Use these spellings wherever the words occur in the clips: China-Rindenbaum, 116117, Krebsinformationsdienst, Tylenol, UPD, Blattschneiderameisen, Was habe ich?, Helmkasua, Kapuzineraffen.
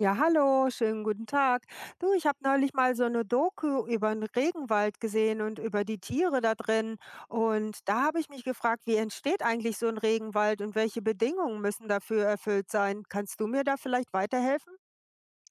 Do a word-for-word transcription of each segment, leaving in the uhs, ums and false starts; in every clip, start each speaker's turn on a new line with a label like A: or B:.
A: Ja, hallo, schönen guten Tag. Du, ich habe neulich mal so eine Doku über den Regenwald gesehen und über die Tiere da drin. Und da habe ich mich gefragt, wie entsteht eigentlich so ein Regenwald und welche Bedingungen müssen dafür erfüllt sein? Kannst du mir da vielleicht weiterhelfen?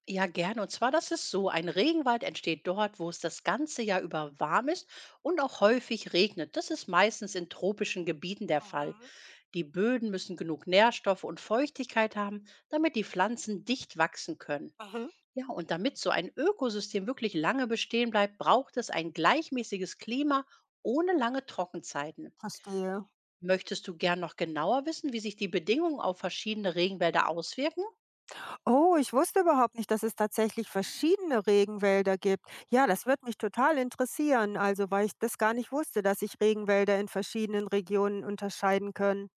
B: Ja, gerne. Und zwar, das ist so, ein Regenwald entsteht dort, wo es das ganze Jahr über warm ist und auch häufig regnet. Das ist meistens in tropischen Gebieten der Fall.
A: Mhm.
B: Die Böden müssen genug Nährstoffe und Feuchtigkeit haben, damit die Pflanzen dicht wachsen können.
A: Mhm.
B: Ja, und damit so ein Ökosystem wirklich lange bestehen bleibt, braucht es ein gleichmäßiges Klima ohne lange Trockenzeiten.
A: Verstehe.
B: Möchtest du gern noch genauer wissen, wie sich die Bedingungen auf verschiedene Regenwälder auswirken?
A: Oh, ich wusste überhaupt nicht, dass es tatsächlich verschiedene Regenwälder gibt. Ja, das wird mich total interessieren. Also, weil ich das gar nicht wusste, dass sich Regenwälder in verschiedenen Regionen unterscheiden können.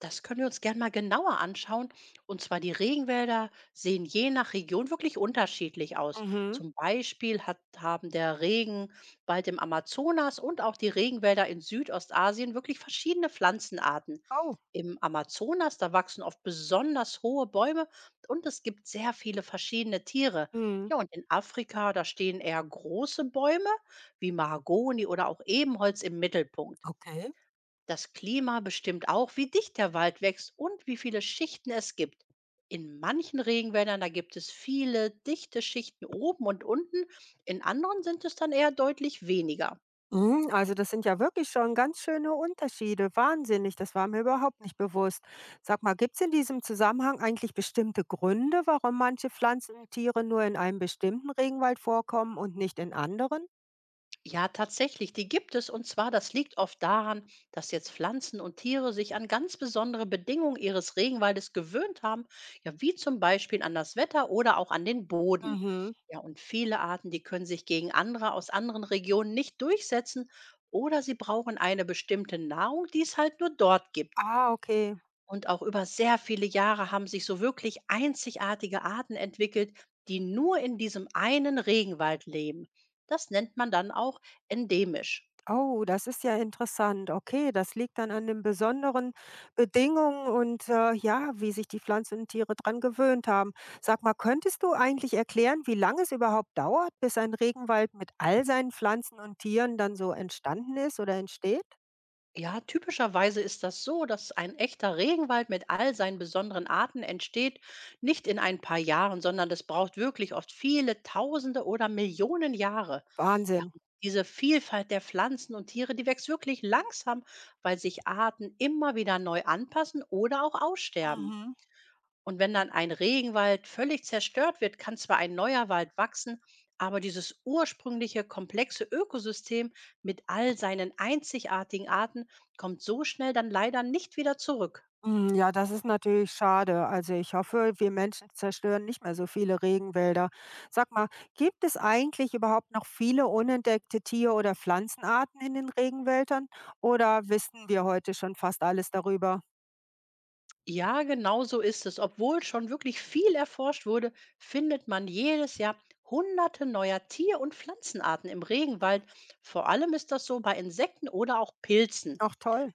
B: Das können wir uns gern mal genauer anschauen. Und zwar die Regenwälder sehen je nach Region wirklich unterschiedlich aus.
A: Mhm.
B: Zum Beispiel hat, haben der Regenwald im Amazonas und auch die Regenwälder in Südostasien wirklich verschiedene Pflanzenarten.
A: Oh.
B: Im Amazonas, da wachsen oft besonders hohe Bäume und es gibt sehr viele verschiedene Tiere.
A: Mhm.
B: Ja, und in Afrika, da stehen eher große Bäume wie Mahagoni oder auch Ebenholz im Mittelpunkt.
A: Okay.
B: Das Klima bestimmt auch, wie dicht der Wald wächst und wie viele Schichten es gibt. In manchen Regenwäldern, da gibt es viele dichte Schichten oben und unten, in anderen sind es dann eher deutlich weniger.
A: Mhm, also das sind ja wirklich schon ganz schöne Unterschiede. Wahnsinnig, das war mir überhaupt nicht bewusst. Sag mal, gibt es in diesem Zusammenhang eigentlich bestimmte Gründe, warum manche Pflanzen und Tiere nur in einem bestimmten Regenwald vorkommen und nicht in anderen?
B: Ja, tatsächlich, die gibt es. Und zwar, das liegt oft daran, dass jetzt Pflanzen und Tiere sich an ganz besondere Bedingungen ihres Regenwaldes gewöhnt haben, ja, wie zum Beispiel an das Wetter oder auch an den Boden.
A: Mhm.
B: Ja, und viele Arten, die können sich gegen andere aus anderen Regionen nicht durchsetzen oder sie brauchen eine bestimmte Nahrung, die es halt nur dort gibt.
A: Ah, okay.
B: Und auch über sehr viele Jahre haben sich so wirklich einzigartige Arten entwickelt, die nur in diesem einen Regenwald leben. Das nennt man dann auch endemisch.
A: Oh, das ist ja interessant. Okay, das liegt dann an den besonderen Bedingungen und, äh, ja, wie sich die Pflanzen und Tiere dran gewöhnt haben. Sag mal, könntest du eigentlich erklären, wie lange es überhaupt dauert, bis ein Regenwald mit all seinen Pflanzen und Tieren dann so entstanden ist oder entsteht?
B: Ja, typischerweise ist das so, dass ein echter Regenwald mit all seinen besonderen Arten entsteht, nicht in ein paar Jahren, sondern es braucht wirklich oft viele Tausende oder Millionen Jahre. Ja,
A: Wahnsinn.
B: und diese Vielfalt der Pflanzen und Tiere, die wächst wirklich langsam, weil sich Arten immer wieder neu anpassen oder auch aussterben.
A: Mhm.
B: Und wenn dann ein Regenwald völlig zerstört wird, kann zwar ein neuer Wald wachsen, aber dieses ursprüngliche komplexe Ökosystem mit all seinen einzigartigen Arten kommt so schnell dann leider nicht wieder zurück.
A: Hm, ja, das ist natürlich schade. Also, ich hoffe, wir Menschen zerstören nicht mehr so viele Regenwälder. Sag mal, gibt es eigentlich überhaupt noch viele unentdeckte Tier- oder Pflanzenarten in den Regenwäldern oder wissen wir heute schon fast alles darüber?
B: Ja, genau so ist es. Obwohl schon wirklich viel erforscht wurde, findet man jedes Jahr hunderte neuer Tier- und Pflanzenarten im Regenwald. Vor allem ist das so bei Insekten oder auch Pilzen.
A: Ach toll.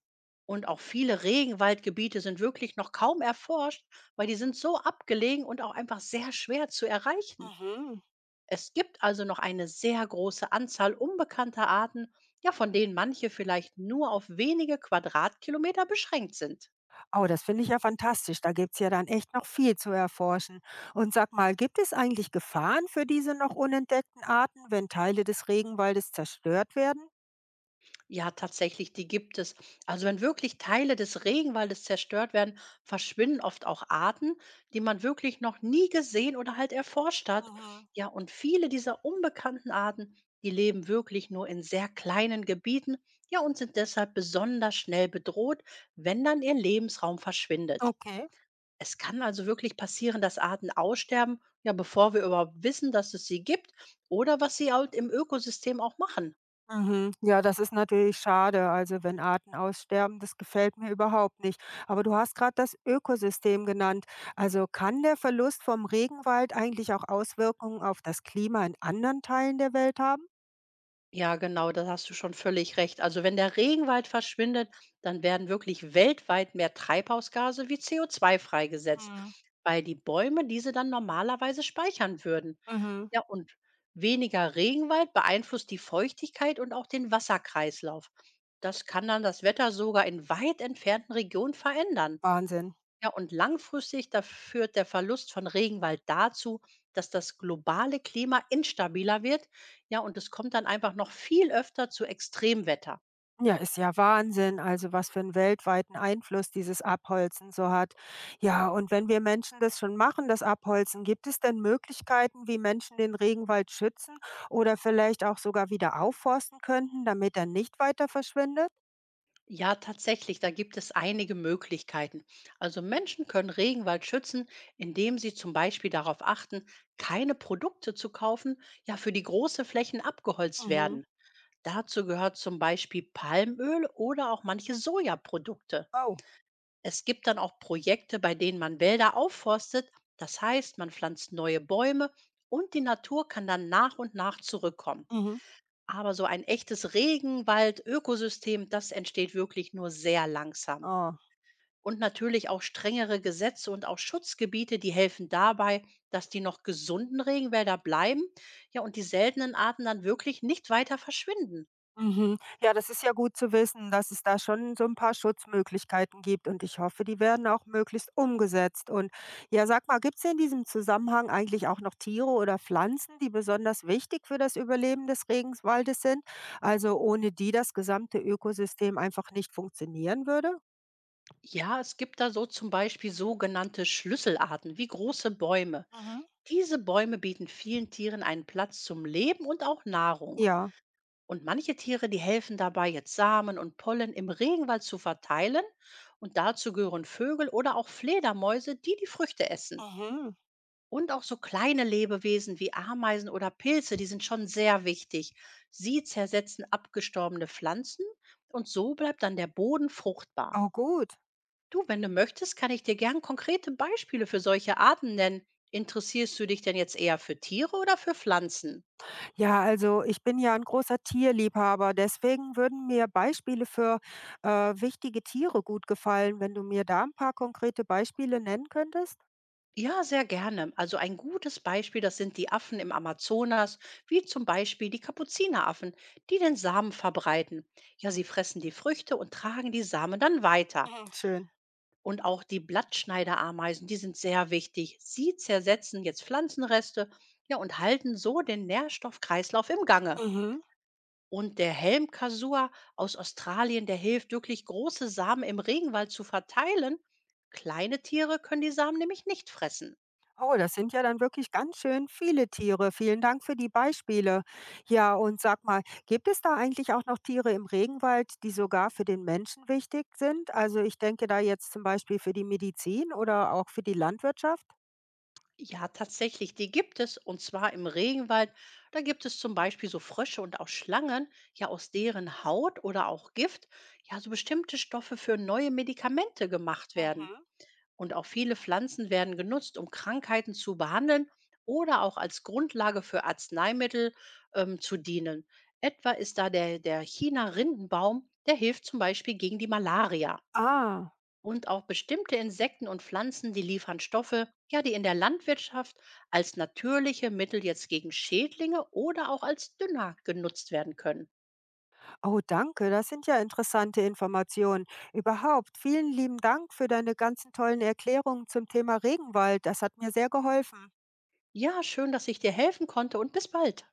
B: Und auch viele Regenwaldgebiete sind wirklich noch kaum erforscht, weil die sind so abgelegen und auch einfach sehr schwer zu erreichen.
A: Mhm.
B: Es gibt also noch eine sehr große Anzahl unbekannter Arten, ja, von denen manche vielleicht nur auf wenige Quadratkilometer beschränkt sind.
A: Oh, das finde ich ja fantastisch. Da gibt es ja dann echt noch viel zu erforschen. Und sag mal, gibt es eigentlich Gefahren für diese noch unentdeckten Arten, wenn Teile des Regenwaldes zerstört werden?
B: Ja, tatsächlich, die gibt es. Also wenn wirklich Teile des Regenwaldes zerstört werden, verschwinden oft auch Arten, die man wirklich noch nie gesehen oder halt erforscht hat.
A: Mhm.
B: Ja, und viele dieser unbekannten Arten, die leben wirklich nur in sehr kleinen Gebieten, ja, und sind deshalb besonders schnell bedroht, wenn dann ihr Lebensraum verschwindet.
A: Okay.
B: Es kann also wirklich passieren, dass Arten aussterben, ja, bevor wir überhaupt wissen, dass es sie gibt oder was sie halt im Ökosystem auch machen.
A: Mhm. Ja, das ist natürlich schade. Also wenn Arten aussterben, das gefällt mir überhaupt nicht. Aber du hast gerade das Ökosystem genannt. Also kann der Verlust vom Regenwald eigentlich auch Auswirkungen auf das Klima in anderen Teilen der Welt haben?
B: Ja, genau, da hast du schon völlig recht. Also wenn der Regenwald verschwindet, dann werden wirklich weltweit mehr Treibhausgase wie C O zwei freigesetzt,
A: Mhm.
B: weil die Bäume diese dann normalerweise speichern würden.
A: Mhm.
B: Ja, und weniger Regenwald beeinflusst die Feuchtigkeit und auch den Wasserkreislauf. Das kann dann das Wetter sogar in weit entfernten Regionen verändern.
A: Wahnsinn.
B: Ja, und langfristig, da führt der Verlust von Regenwald dazu, dass das globale Klima instabiler wird. Ja, und es kommt dann einfach noch viel öfter zu Extremwetter.
A: Ja, ist ja Wahnsinn, also was für einen weltweiten Einfluss dieses Abholzen so hat. Ja, und wenn wir Menschen das schon machen, das Abholzen, gibt es denn Möglichkeiten, wie Menschen den Regenwald schützen oder vielleicht auch sogar wieder aufforsten könnten, damit er nicht weiter verschwindet?
B: Ja, tatsächlich, da gibt es einige Möglichkeiten. Also Menschen können Regenwald schützen, indem sie zum Beispiel darauf achten, keine Produkte zu kaufen, ja, für die große Flächen abgeholzt
A: Mhm.
B: werden. Dazu gehört zum Beispiel Palmöl oder auch manche Sojaprodukte.
A: Oh.
B: Es gibt dann auch Projekte, bei denen man Wälder aufforstet. Das heißt, man pflanzt neue Bäume und die Natur kann dann nach und nach zurückkommen.
A: Mhm.
B: Aber so ein echtes Regenwald-Ökosystem, das entsteht wirklich nur sehr langsam.
A: Oh.
B: Und natürlich auch strengere Gesetze und auch Schutzgebiete, die helfen dabei, dass die noch gesunden Regenwälder bleiben, ja, und die seltenen Arten dann wirklich nicht weiter verschwinden.
A: Mhm. Ja, das ist ja gut zu wissen, dass es da schon so ein paar Schutzmöglichkeiten gibt und ich hoffe, die werden auch möglichst umgesetzt. Und ja, sag mal, gibt es in diesem Zusammenhang eigentlich auch noch Tiere oder Pflanzen, die besonders wichtig für das Überleben des Regenwaldes sind, also ohne die das gesamte Ökosystem einfach nicht funktionieren würde?
B: Ja, es gibt da so zum Beispiel sogenannte Schlüsselarten wie große Bäume.
A: Mhm.
B: Diese Bäume bieten vielen Tieren einen Platz zum Leben und auch Nahrung.
A: Ja.
B: Und manche Tiere, die helfen dabei, jetzt Samen und Pollen im Regenwald zu verteilen. Und dazu gehören Vögel oder auch Fledermäuse, die die Früchte essen.
A: Mhm.
B: Und auch so kleine Lebewesen wie Ameisen oder Pilze, die sind schon sehr wichtig. Sie zersetzen abgestorbene Pflanzen und so bleibt dann der Boden fruchtbar.
A: Oh, gut.
B: Du, wenn du möchtest, kann ich dir gern konkrete Beispiele für solche Arten nennen. Interessierst du dich denn jetzt eher für Tiere oder für Pflanzen?
A: Ja, also ich bin ja ein großer Tierliebhaber, deswegen würden mir Beispiele für, äh, wichtige Tiere gut gefallen, wenn du mir da ein paar konkrete Beispiele nennen könntest?
B: Ja, sehr gerne. Also ein gutes Beispiel, das sind die Affen im Amazonas, wie zum Beispiel die Kapuzineraffen, die den Samen verbreiten. Ja, sie fressen die Früchte und tragen die Samen dann weiter.
A: Mhm. Schön.
B: Und auch die Blattschneiderameisen, die sind sehr wichtig. Sie zersetzen jetzt Pflanzenreste, ja, und halten so den Nährstoffkreislauf im Gange.
A: Mhm.
B: Und der Helmkasua aus Australien, der hilft wirklich, große Samen im Regenwald zu verteilen. Kleine Tiere können die Samen nämlich nicht fressen.
A: Oh, das sind ja dann wirklich ganz schön viele Tiere. Vielen Dank für die Beispiele. Ja, und sag mal, gibt es da eigentlich auch noch Tiere im Regenwald, die sogar für den Menschen wichtig sind? Also, ich denke da jetzt zum Beispiel für die Medizin oder auch für die Landwirtschaft?
B: Ja, tatsächlich, die gibt es. Und zwar im Regenwald. Da gibt es zum Beispiel so Frösche und auch Schlangen, ja, aus deren Haut oder auch Gift, ja, so bestimmte Stoffe für neue Medikamente gemacht werden.
A: Mhm.
B: Und auch viele Pflanzen werden genutzt, um Krankheiten zu behandeln oder auch als Grundlage für Arzneimittel ähm, zu dienen. Etwa ist da der, der China-Rindenbaum, der hilft zum Beispiel gegen die Malaria.
A: Ah.
B: Und auch bestimmte Insekten und Pflanzen, die liefern Stoffe, ja, die in der Landwirtschaft als natürliche Mittel jetzt gegen Schädlinge oder auch als Dünger genutzt werden können.
A: Oh, danke, das sind ja interessante Informationen. Überhaupt, vielen lieben Dank für deine ganzen tollen Erklärungen zum Thema Regenwald. Das hat mir sehr geholfen.
B: Ja, schön, dass ich dir helfen konnte und bis bald.